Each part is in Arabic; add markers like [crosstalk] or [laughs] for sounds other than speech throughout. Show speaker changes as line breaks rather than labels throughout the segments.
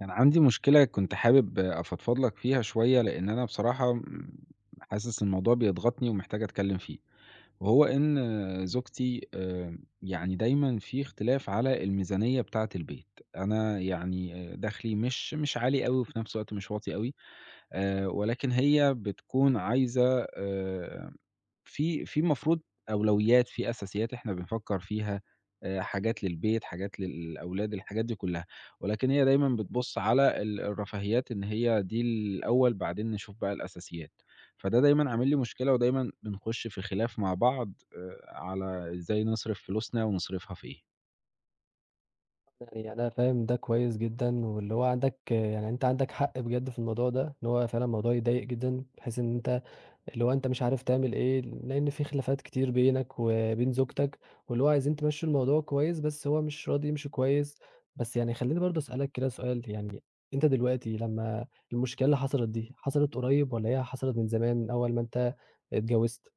كان عندي مشكلة كنت حابب أفضفض لك فيها شوية، لإن أنا بصراحة م حاسس إن الموضوع بيضغطني ومحتاج أتكلم فيه، وهو إن زوجتي يعني دايمًا في اختلاف على الميزانية بتاعة البيت، أنا يعني آه، دخلي مش عالي أوي وفي نفس الوقت مش واطي أوي، ولكن هي بتكون عايزة في المفروض أولويات، في أساسيات إحنا بنفكّر فيها، حاجات للبيت، حاجات للأولاد، الحاجات دي كلّها، ولكن هي دايمًا بتبُص على الرفاهيات إن هي دي الأول بعدين نشوف بقى الأساسيات، فده دايمًا عامل لي مشكلة ودايمًا بنخُش في خلاف مع بعض على إزاي نصرف فلوسنا ونصرفها في إيه.
يعني أنا فاهم ده كويس جدًا، واللي هو عندك يعني أنت عندك حق بجد في الموضوع ده، إن هو فعلًا موضوع يضايق جدًا، بحيث إن أنت اللي هو أنت مش عارف تعمل إيه، لإن في خلافات كتير بينك وبين زوجتك، واللي هو عايزين تمشّوا الموضوع كويس، بس هو مش راضي يمشي كويس. بس يعني خلّيني برضه أسألك كده سؤال، يعني أنت دلوقتي لمّا المشكلة اللي حصلت دي، حصلت قريب والّا هي حصلت من زمان من أول ما أنت اتجوزت؟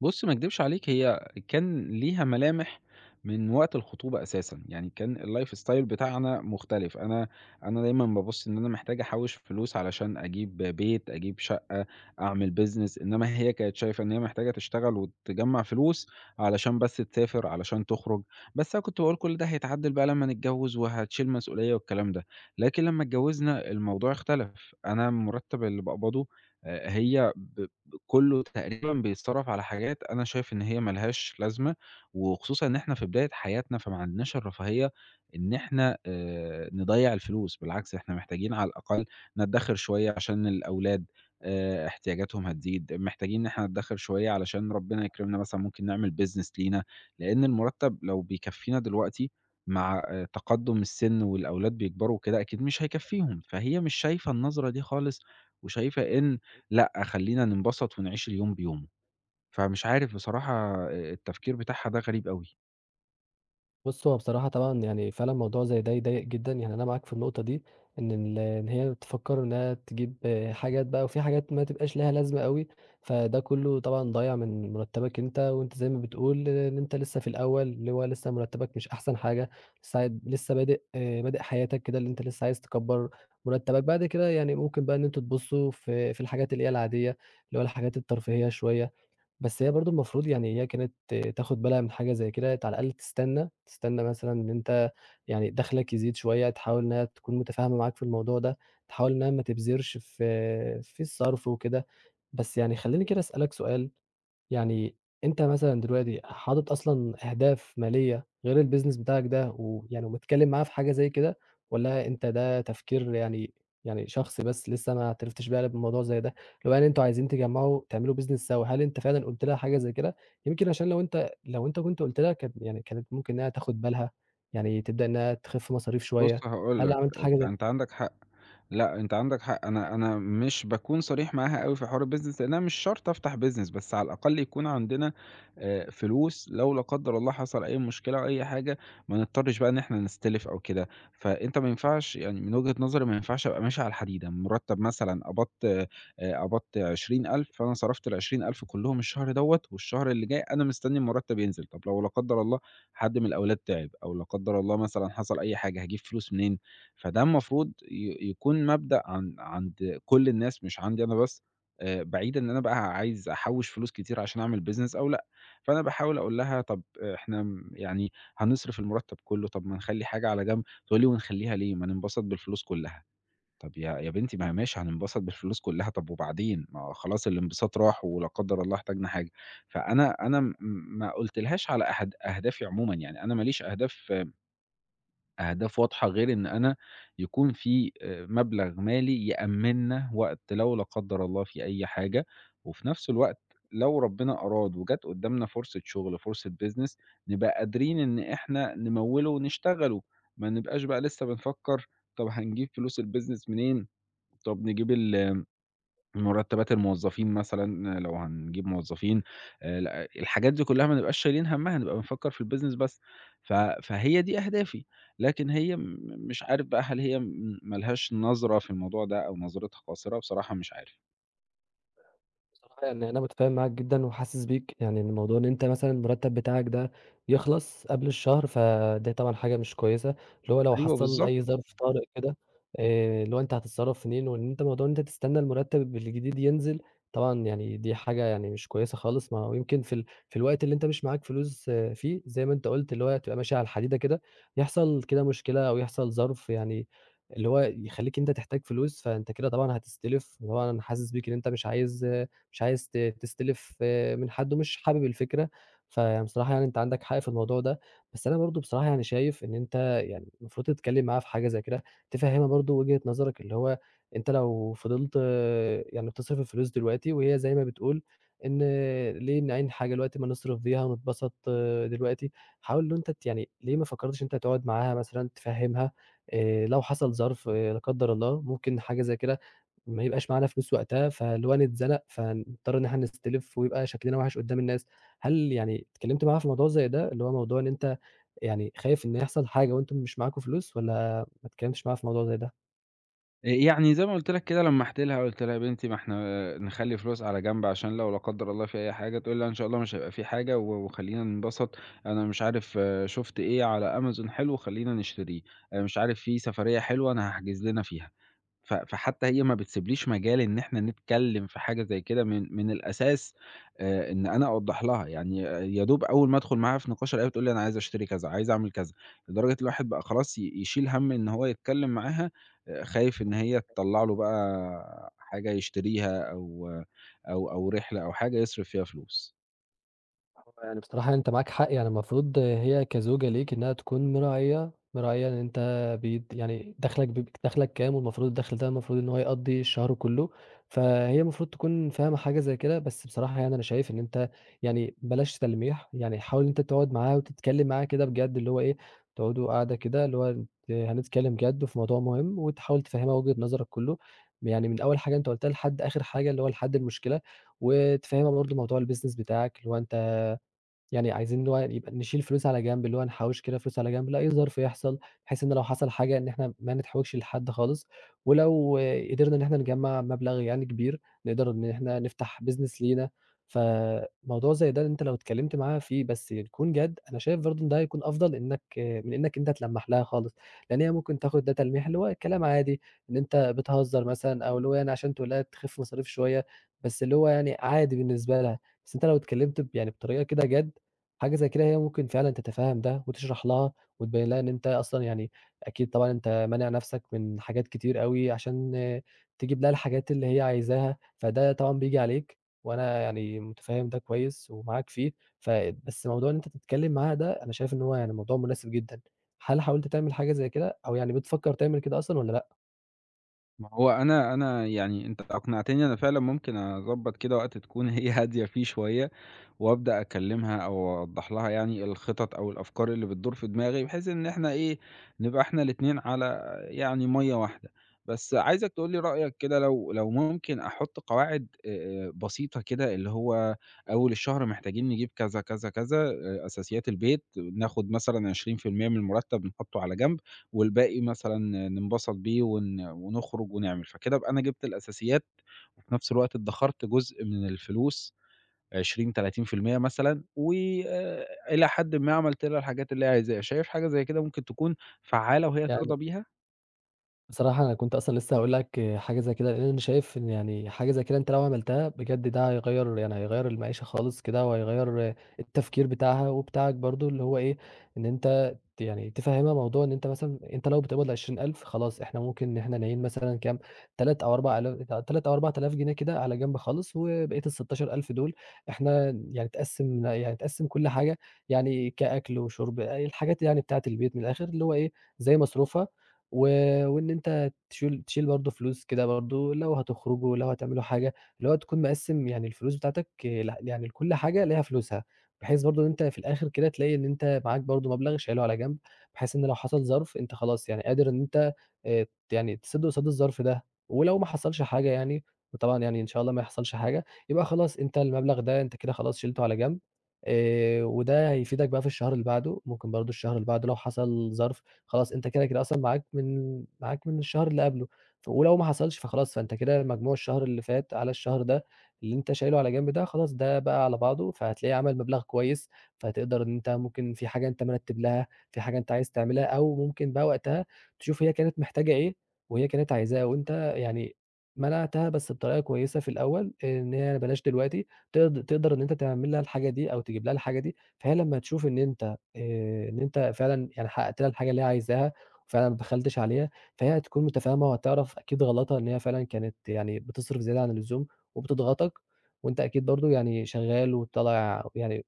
بُص ما اكدبش عليك هي كان ليها ملامح من وقت الخطوبة أساسًا، يعني كان الlifestyle بتاعنا مختلف، أنا دايمًا بابُص إن أنا محتاج أحوّش فلوس علشان أجيب بيت، أجيب شقة، أعمل business، إنما هي كانت شايفة إن هي محتاجة تشتغل وتجمّع فلوس علشان بس تسافر، علشان تخرج، بس أنا كنت باقول كل ده هيتعدّل بقى لمّا نتجوّز وهتشيل مسؤولية والكلام ده، لكن لمّا اتجوّزنا الموضوع اختلف، أنا المُرتّب اللي باقبضه هي ب كُلّه تقريبًا بيتصرّف على حاجات أنا شايف إن هي ما لهاش لازمة، وخصوصًا إن إحنا في بداية حياتنا، فما عندناش الرفاهية إن إحنا نضيّع الفلوس، بالعكس إحنا محتاجين على الأقل ندّخر شوية عشان الأولاد احتياجاتهم هتزيد، محتاجين إن إحنا ندّخر شوية علشان ربنا يكرمنا مثلًا ممكن نعمل business لينا، لإن المُرتّب لو بيكفّينا دلوقتي مع تقدُّم السِن والأولاد بيكبروا وكده أكيد مش هيكفّيهم، فهي مش شايفة النظرة دي خالص، وشايفة إن لأ، خلّينا ننبسط ونعيش اليوم بيومه، فمش عارف بصراحة التفكير بتاعها ده غريب أوي.
بُص، هو بصراحة طبعًا يعني فعلًا موضوع زي ده يضايق جدًا، يعني أنا معاك في النقطة دي، إن هي بتفكّر إنها تجيب آه، حاجات بقى وفي حاجات ما تبقاش ليها لازمة أوي، فده كلّه طبعًا ضايع من مرتّبك أنت، وأنت زي ما بتقول آه، إن أنت لسه في الأول، اللي هو لسه مرتّبك مش أحسن حاجة، لسه بادئ آه، بادئ حياتك كده اللي أنت لسه عايز تكبّر مرتّبك، بعد كده يعني ممكن بقى إن أنتم تبُصّوا في الحاجات اللي هي العادية، اللي هو الحاجات الترفيهية شوية. بس هي برضه المفروض يعني هي كانت تاخد بالها من حاجة زي كده، على الأقل تستنى، تستنى مثلًا إن أنت يعني دخلك يزيد شوية، تحاول إنها تكون متفاهمة معاك في الموضوع ده، تحاول إنها ما تبذرش في الصرف وكده. بس يعني خلّيني كده أسألك سؤال يعني أنت مثلًا دلوقتي حاطط أصلًا أهداف مالية غير الbusiness بتاعك ده، ويعني ومتكلّم معاه في حاجة زي كده، والّا أنت ده تفكير يعني يعني شخصي بس لسه ما عرفتش بقى بموضوع زي ده، اللي هو يعني أنتم عايزين تجمّعوا تعملوا business سوا، هل أنت فعلًا قُلت لها حاجة زي كده؟ يمكن عشان لو أنت كنت قُلت لها كان يعني كانت ممكن إنها تاخد بالها، يعني تبدأ إنها تخِف مصاريف
بُص
شوية،
هاقول
هل
لك،
عملت
أنت
حاجة زي
أنت عندك حق، لأ أنت عندك حق، أنا مش باكون صريح معاها أوي في حوار الbusiness لأن أنا مش شرط أفتح business، بس على الأقل يكون عندنا فلوس لو لا قدّر الله حصل أي مشكلة أو أي حاجة، ما نضطرش بقى إن إحنا نستلف أو كده، فأنت ما ينفعش يعني من وجهة نظري ما ينفعش أبقى ماشي على الحديدة، مرتّب مثلًا قبضت قبضت 20,000 فأنا صرفت ال20,000 كلّهم الشهر دوّة والشهر اللي جاي أنا مستني المرتّب ينزل، طب لو لا قدّر الله حد من الأولاد تعب أو لا قدّر الله مثلًا حصل أي حاجة، هاجيب فلوس منين؟ فده المفروض يكون مبدأ عند كل الناس مش عندي أنا بس، بعيد إن أنا بقى عايز أحوّش فلوس كتير عشان أعمل business أو لأ، فأنا باحاول أقول لها طَب إحنا م يعني هنصرف المرتّب كلّه، طَب ما نخلّي حاجة على جنب، تقول لي ونخلّيها ليه؟ ما ننبسط بالفلوس كلّها. طب يا بنتي ما هي ماشي هننبسط بالفلوس كلّها، طب وبعدين؟ ما هو خلاص الانبساط راح ولا قدّر الله احتاجنا حاجة، فأنا أنا م ما قُلتلهاش على أهدافي عمومًا، يعني أنا ما ليش أهداف واضحة غير إن أنا يكون في مبلغ مالي يأمِّننا وقت لو لا قدّر الله في أي حاجة، وفي نفس الوقت لو ربنا أراد وجات قدّامنا فرصة شغل، فرصة business نبقى قادرين إن إحنا نموّله ونشتغله، ما نبقاش بقى لسه بنفكّر طب هنجيب فلوس الbusiness منين؟ طب نجيب ال مرتبات الموظفين مثلًا لو هنجيب موظفين، ل الحاجات دي كلها ما نبقاش شايلين همّها، نبقى بنفكّر في الbusiness بس. ف فهي دي أهدافي، لكن هي م مش عارف بقى هل هي ما لهاش نظرة في الموضوع ده أو نظرتها قاصرة، بصراحة مش عارف.
بصراحة يعني أنا متفاهم معاك جدًا وحاسس بيك، يعني إن موضوع إن أنت مثلًا المرتب بتاعك ده يخلص قبل الشهر، فده طبعًا حاجة مش كويسة، اللي هو لو
أيوه
حصل أي
بالضبط.
ظرف طارئ كده اللي هو أنت هتتصرف منين، وإن أنت موضوع إن أنت تستنى المرتب الجديد ينزل، طبعًا يعني دي حاجة يعني مش كويسة خالص، ما هو يمكن في الوقت اللي أنت مش معاك فلوس آه، فيه زي ما أنت قُلت، اللي هو تبقى ماشي على الحديدة كده، يحصل كده مشكلة أو يحصل ظرف يعني اللي هو يخلّيك أنت تحتاج فلوس، فأنت كده طبعًا هتستلف، وطبعًا أنا حاسس بيك إن أنت مش عايز تستلف آه، من حد ومش حابب الفكرة، فيعني بصراحة يعني أنت عندك حق في الموضوع ده، بس أنا برضه بصراحة يعني شايف إن أنت يعني المفروض تتكلم معاها في حاجة زي كده، تفهمها برضه وجهة نظرك اللي هو أنت لو فضلت آه، يعني بتصرف الفلوس دلوقتي وهي زي ما بتقول إن ليه نعين حاجة دلوقتي ما نصرف بيها ونتبسط آه، دلوقتي، حاول إن أنت ت يعني ليه ما فكرتش أنت تقعد معاها مثلًا تفهمها لو حصل ظرف إيه لا قدر الله ممكن حاجة زي كده ما يبقاش معانا فلوس وقتها، فاللي هو نتزنق، فنضطر إن إحنا نستلف ويبقى شكلنا وِحِش قدّام الناس. هل يعني اتكلمت معاها في موضوع زي ده، اللي هو موضوع إن أنت يعني خايف إن يحصل حاجة وأنتم مش معاكم فلوس والّا ما اتكلمتش معاها في موضوع زي ده؟
يعني زي ما قُلت لك كده لمّحت لها، قُلت لها: "يا بنتي ما إحنا نخلّي فلوس على جنب عشان لو لا قدّر الله في أي حاجة." تقول لي: "لأ إن شاء الله مش هيبقى في حاجة و وخلّينا ننبسط، أنا مش عارف آه، شُفت إيه على أمازون حلو خلّينا نشتريه، مش عارف في سفرية حلوة أنا هاحجز لنا فيها." فحتى هي ما بتسيبليش مجال إن إحنا نتكلّم في حاجة زي كده من الأساس إن أنا أوضّح لها، يعني آه، يا دوب أول ما أدخل معاها في نقاش ألاقيها بتقول لي أنا عايزة أشتري كذا، عايزة أعمل كذا، لدرجة الواحد بقى خلاص يشيل هَم إن هو يتكلّم معاها، خايف إن هي تطلّع له بقى حاجة يشتريها أو رحلة أو حاجة يصرف فيها فلوس.
هو يعني بصراحة أنت معاك حق، يعني المفروض هي كزوجة ليك إنها تكون مراعية، مراعية إن أنت بيد يعني دخلك بيب دخلك كام، والمفروض الدخل ده المفروض إن هو يقضّي الشهر كلّه، فهي المفروض تكون فاهمة حاجة زي كده، بس بصراحة يعني أنا شايف إن أنت يعني بلاش تلميح، يعني حاول إن أنت تقعد معاها وتتكلم معاها كده بجد، اللي هو إيه، تقعدوا قعدة كده اللي هو هنتكلم جد وفي موضوع مهم، وتحاول تفهمها وجهة نظرك كلّه، يعني من أول حاجة أنت قُلتها لحد آخر حاجة اللي هو لحد المشكلة، وتفهمها برضه موضوع الbusiness بتاعك اللي هو أنت يعني عايزين اللي هو يبقى نشيل فلوس على جنب، اللي هو نحوّش كده فلوس على جنب لأي ظرف يحصل، بحيث إن لو حصل حاجة إن إحنا ما نتحوّجش لحد خالص، ولو قدرنا إن إحنا نجمّع مبلغ يعني كبير، نقدر إن إحنا نفتح business لينا، فموضوع زي ده أنت لو اتكلّمت معاها فيه بس يكون جَد، أنا شايف برضه إن ده هيكون أفضل إنّك من إنّك أنت تلمّح لها خالص، لإن هي ممكن تاخد ده تلميح اللي هو كلام عادي، إن أنت بتهزّر مثلًا أو اللي هو يعني عشان تقول لها تخِف مصاريف شوية، بس اللي هو يعني عادي بالنسبة لها، بس أنت لو اتكلّمت ب يعني بطريقة كده جَد حاجة زي كده هي ممكن فعلًا تتفهّم ده، وتشرح لها وتبيّن لها إن أنت أصلًا يعني أكيد طبعًا أنت مانع نَفْسك من حاجات كتير أوي عشان آه، تجيب لها الحاجات اللي هي عايزاها، فده طبعًا بييجي عليك، وأنا يعني متفهّم ده كويس ومعاك فيه، ف بس موضوع إن أنت تتكلّم معاها ده أنا شايف إن هو يعني موضوع مناسب جدًا. هل حاولت تعمل حاجة زي كده أو يعني بتفكّر تعمل كده أصلًا والّا لأ؟
ما هو أنا يعني أنت أقنعتني أنا فعلًا ممكن أضبّط كده وقت تكون هي [laughs] هادية فيه شوية وأبدأ أكلمها أو أوضّح لها يعني الخطط أو الأفكار اللي بتدور في دماغي، بحيث إن إحنا إيه، نبقى إحنا الاتنين على يعني مَيّة واحدة. بس عايزك تقول لي رأيك كده لو ممكن أحُط قواعد بسيطة كده، اللي هو أول الشهر محتاجين نجيب كذا، كذا، كذا، أساسيات البيت، ناخد مثلًا 20% من المرتب نحطه على جنب، والباقي مثلًا ننبسط بيه ونخرج ونعمل. فكده أبقى أنا جبت الأساسيات، وفي نفس الوقت ادّخرت جزء من الفلوس 20، 30% مثلًا، وآآ إلى حدٍ ما عملت لها الحاجات اللي هي عايزاها، شايف حاجة زي كده ممكن تكون فعّالة وهي ترضى
يعني
بيها؟
بصراحة أنا كنت أصلًا لسه هاقول لك حاجة زي كده، لإن أنا شايف إن يعني حاجة زي كده أنت لو عملتها بجد ده هيغيّر يعني هيغيّر المعيشة خالص كده، وهيغيّر التفكير بتاعها وبتاعك برضه، اللي هو إيه، إن أنت ت يعني تفهّمها موضوع إن أنت مثلًا أنت لو بتقبض 20,000 خلاص إحنا ممكن إن إحنا نعين مثلًا كام، 3 أو 4000 جنيه كده على جنب خالص، وبقية ال16,000 دول إحنا يعني تقسّم يعني تقسّم كل حاجة، يعني كأكل وشرب، الحاجات يعني بتاعة البيت من الآخر، اللي هو إيه، زي مصروفها و وإن أنت تشيل برضه فلوس كده برضه لو هتخرجوا، لو هتعملوا حاجة، اللي هو تكون مقسّم يعني الفلوس بتاعتك ل يعني لكل حاجة ليها فلوسها، بحيث برضه إن أنت في الآخر كده تلاقي إن أنت معاك برضه مبلغ شايله على جنب، بحيث إن لو حصل ظرف أنت خلاص يعني قادر إن أنت يعني تسد قصاد الظرف ده، ولو ما حصلش حاجة يعني، وطبعًا يعني إن شاء الله ما يحصلش حاجة، يبقى خلاص أنت المبلغ ده أنت كده خلاص شيلته على جنب، وده هيفيدك بقى في الشهر اللي بعده، ممكن برضه الشهر اللي بعده لو حصل ظرف خلاص أنت كده، كده أصلًا معاك من الشهر اللي قبله، ولو ما حصلش فخلاص، فأنت كده مجموع الشهر اللي فات على الشهر ده اللي أنت شايله على جنب ده، خلاص ده بقى على بعضه، فهتلاقيه عمل مبلغ كويس، فهتقدر إن أنت ممكن في حاجة أنت مرتّب لها، في حاجة أنت عايز تعملها، أو ممكن بقى وقتها تشوف هي كانت محتاجة إيه وهي كانت عايزاه، وأنت يعني منعتها بس بطريقة كويسة في الأول، إن هي بلاش دلوقتي، تقدر إن أنت تعمل لها الحاجة دي أو تجيب لها الحاجة دي، فهي لمّا تشوف إن أنت إن أنت فعلًا يعني حقّقت لها الحاجة اللي هي عايزاها، وفعلًا ما بخّلتش عليها، فهي هتكون متفاهمة وهتعرف أكيد غلطها إن هي فعلًا كانت يعني بتصرف زيادة عن اللزوم، وبتضغطك، وأنت أكيد برضه يعني شغّال وطالع يعني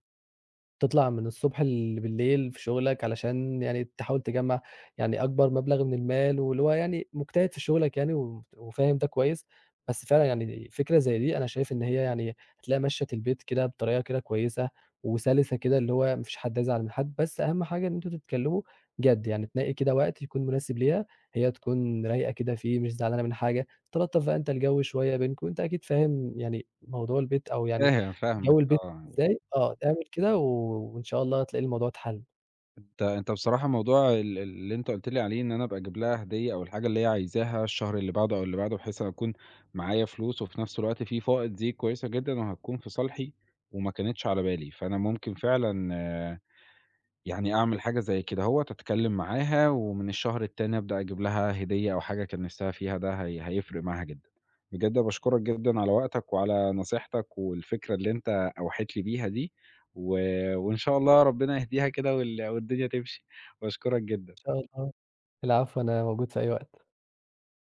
تطلع من الصبح بالليل في شغلك علشان يعني تحاول تجمّع يعني أكبر مبلغ من المال، واللي هو يعني مجتهد في شغلك يعني وفاهم ده كويس، بس فعلًا يعني فكرة زي دي أنا شايف إن هي يعني هتلاقيها ماشية البيت كده بطريقة كده كويسة وسلسة كده، اللي هو ما فيش حد هيزعل من حد، بس أهم حاجة إن أنتم تتكلموا جَد، يعني تنقي كده وقت يكون مناسب ليها، هي تكون رايقة كده فيه مش زعلانة من حاجة، تلطّف بقى أنت الجو شوية بينكم، أنت أكيد فاهم يعني موضوع البيت أو يعني
فاهم، فاهمك
جو البيت
آه،
إزاي؟ آه، اعمل كده وإن شاء الله هتلاقي الموضوع اتحل. إن
أنت بصراحة موضوع اللي أنت قُلت لي عليه إن أنا أبقى أجيب لها هدية أو الحاجة اللي هي عايزاها الشهر اللي بعده أو اللي بعده، بحيث أنا أكون معايا فلوس وفي نفس الوقت في فائض، دي كويسة جدًا وهتكون في صالحي وما كانتش على بالي، فأنا ممكن فعلًا يعني أعمل حاجة زي كده أهوّة، أتكلّم معاها ومن الشهر التاني أبدأ أجيب لها هدية أو حاجة كان نِفْسها فيها، ده هيفرق معاها جدًا. بجد باشكرك جدًا على وقتك وعلى نصيحتك والفكرة اللي أنت أوحيت لي بيها دي، و وإن شاء الله ربنا يهديها كده والدنيا تمشي، باشكرك جدًا.
شاء الله. العفو، أنا موجود في أي وقت.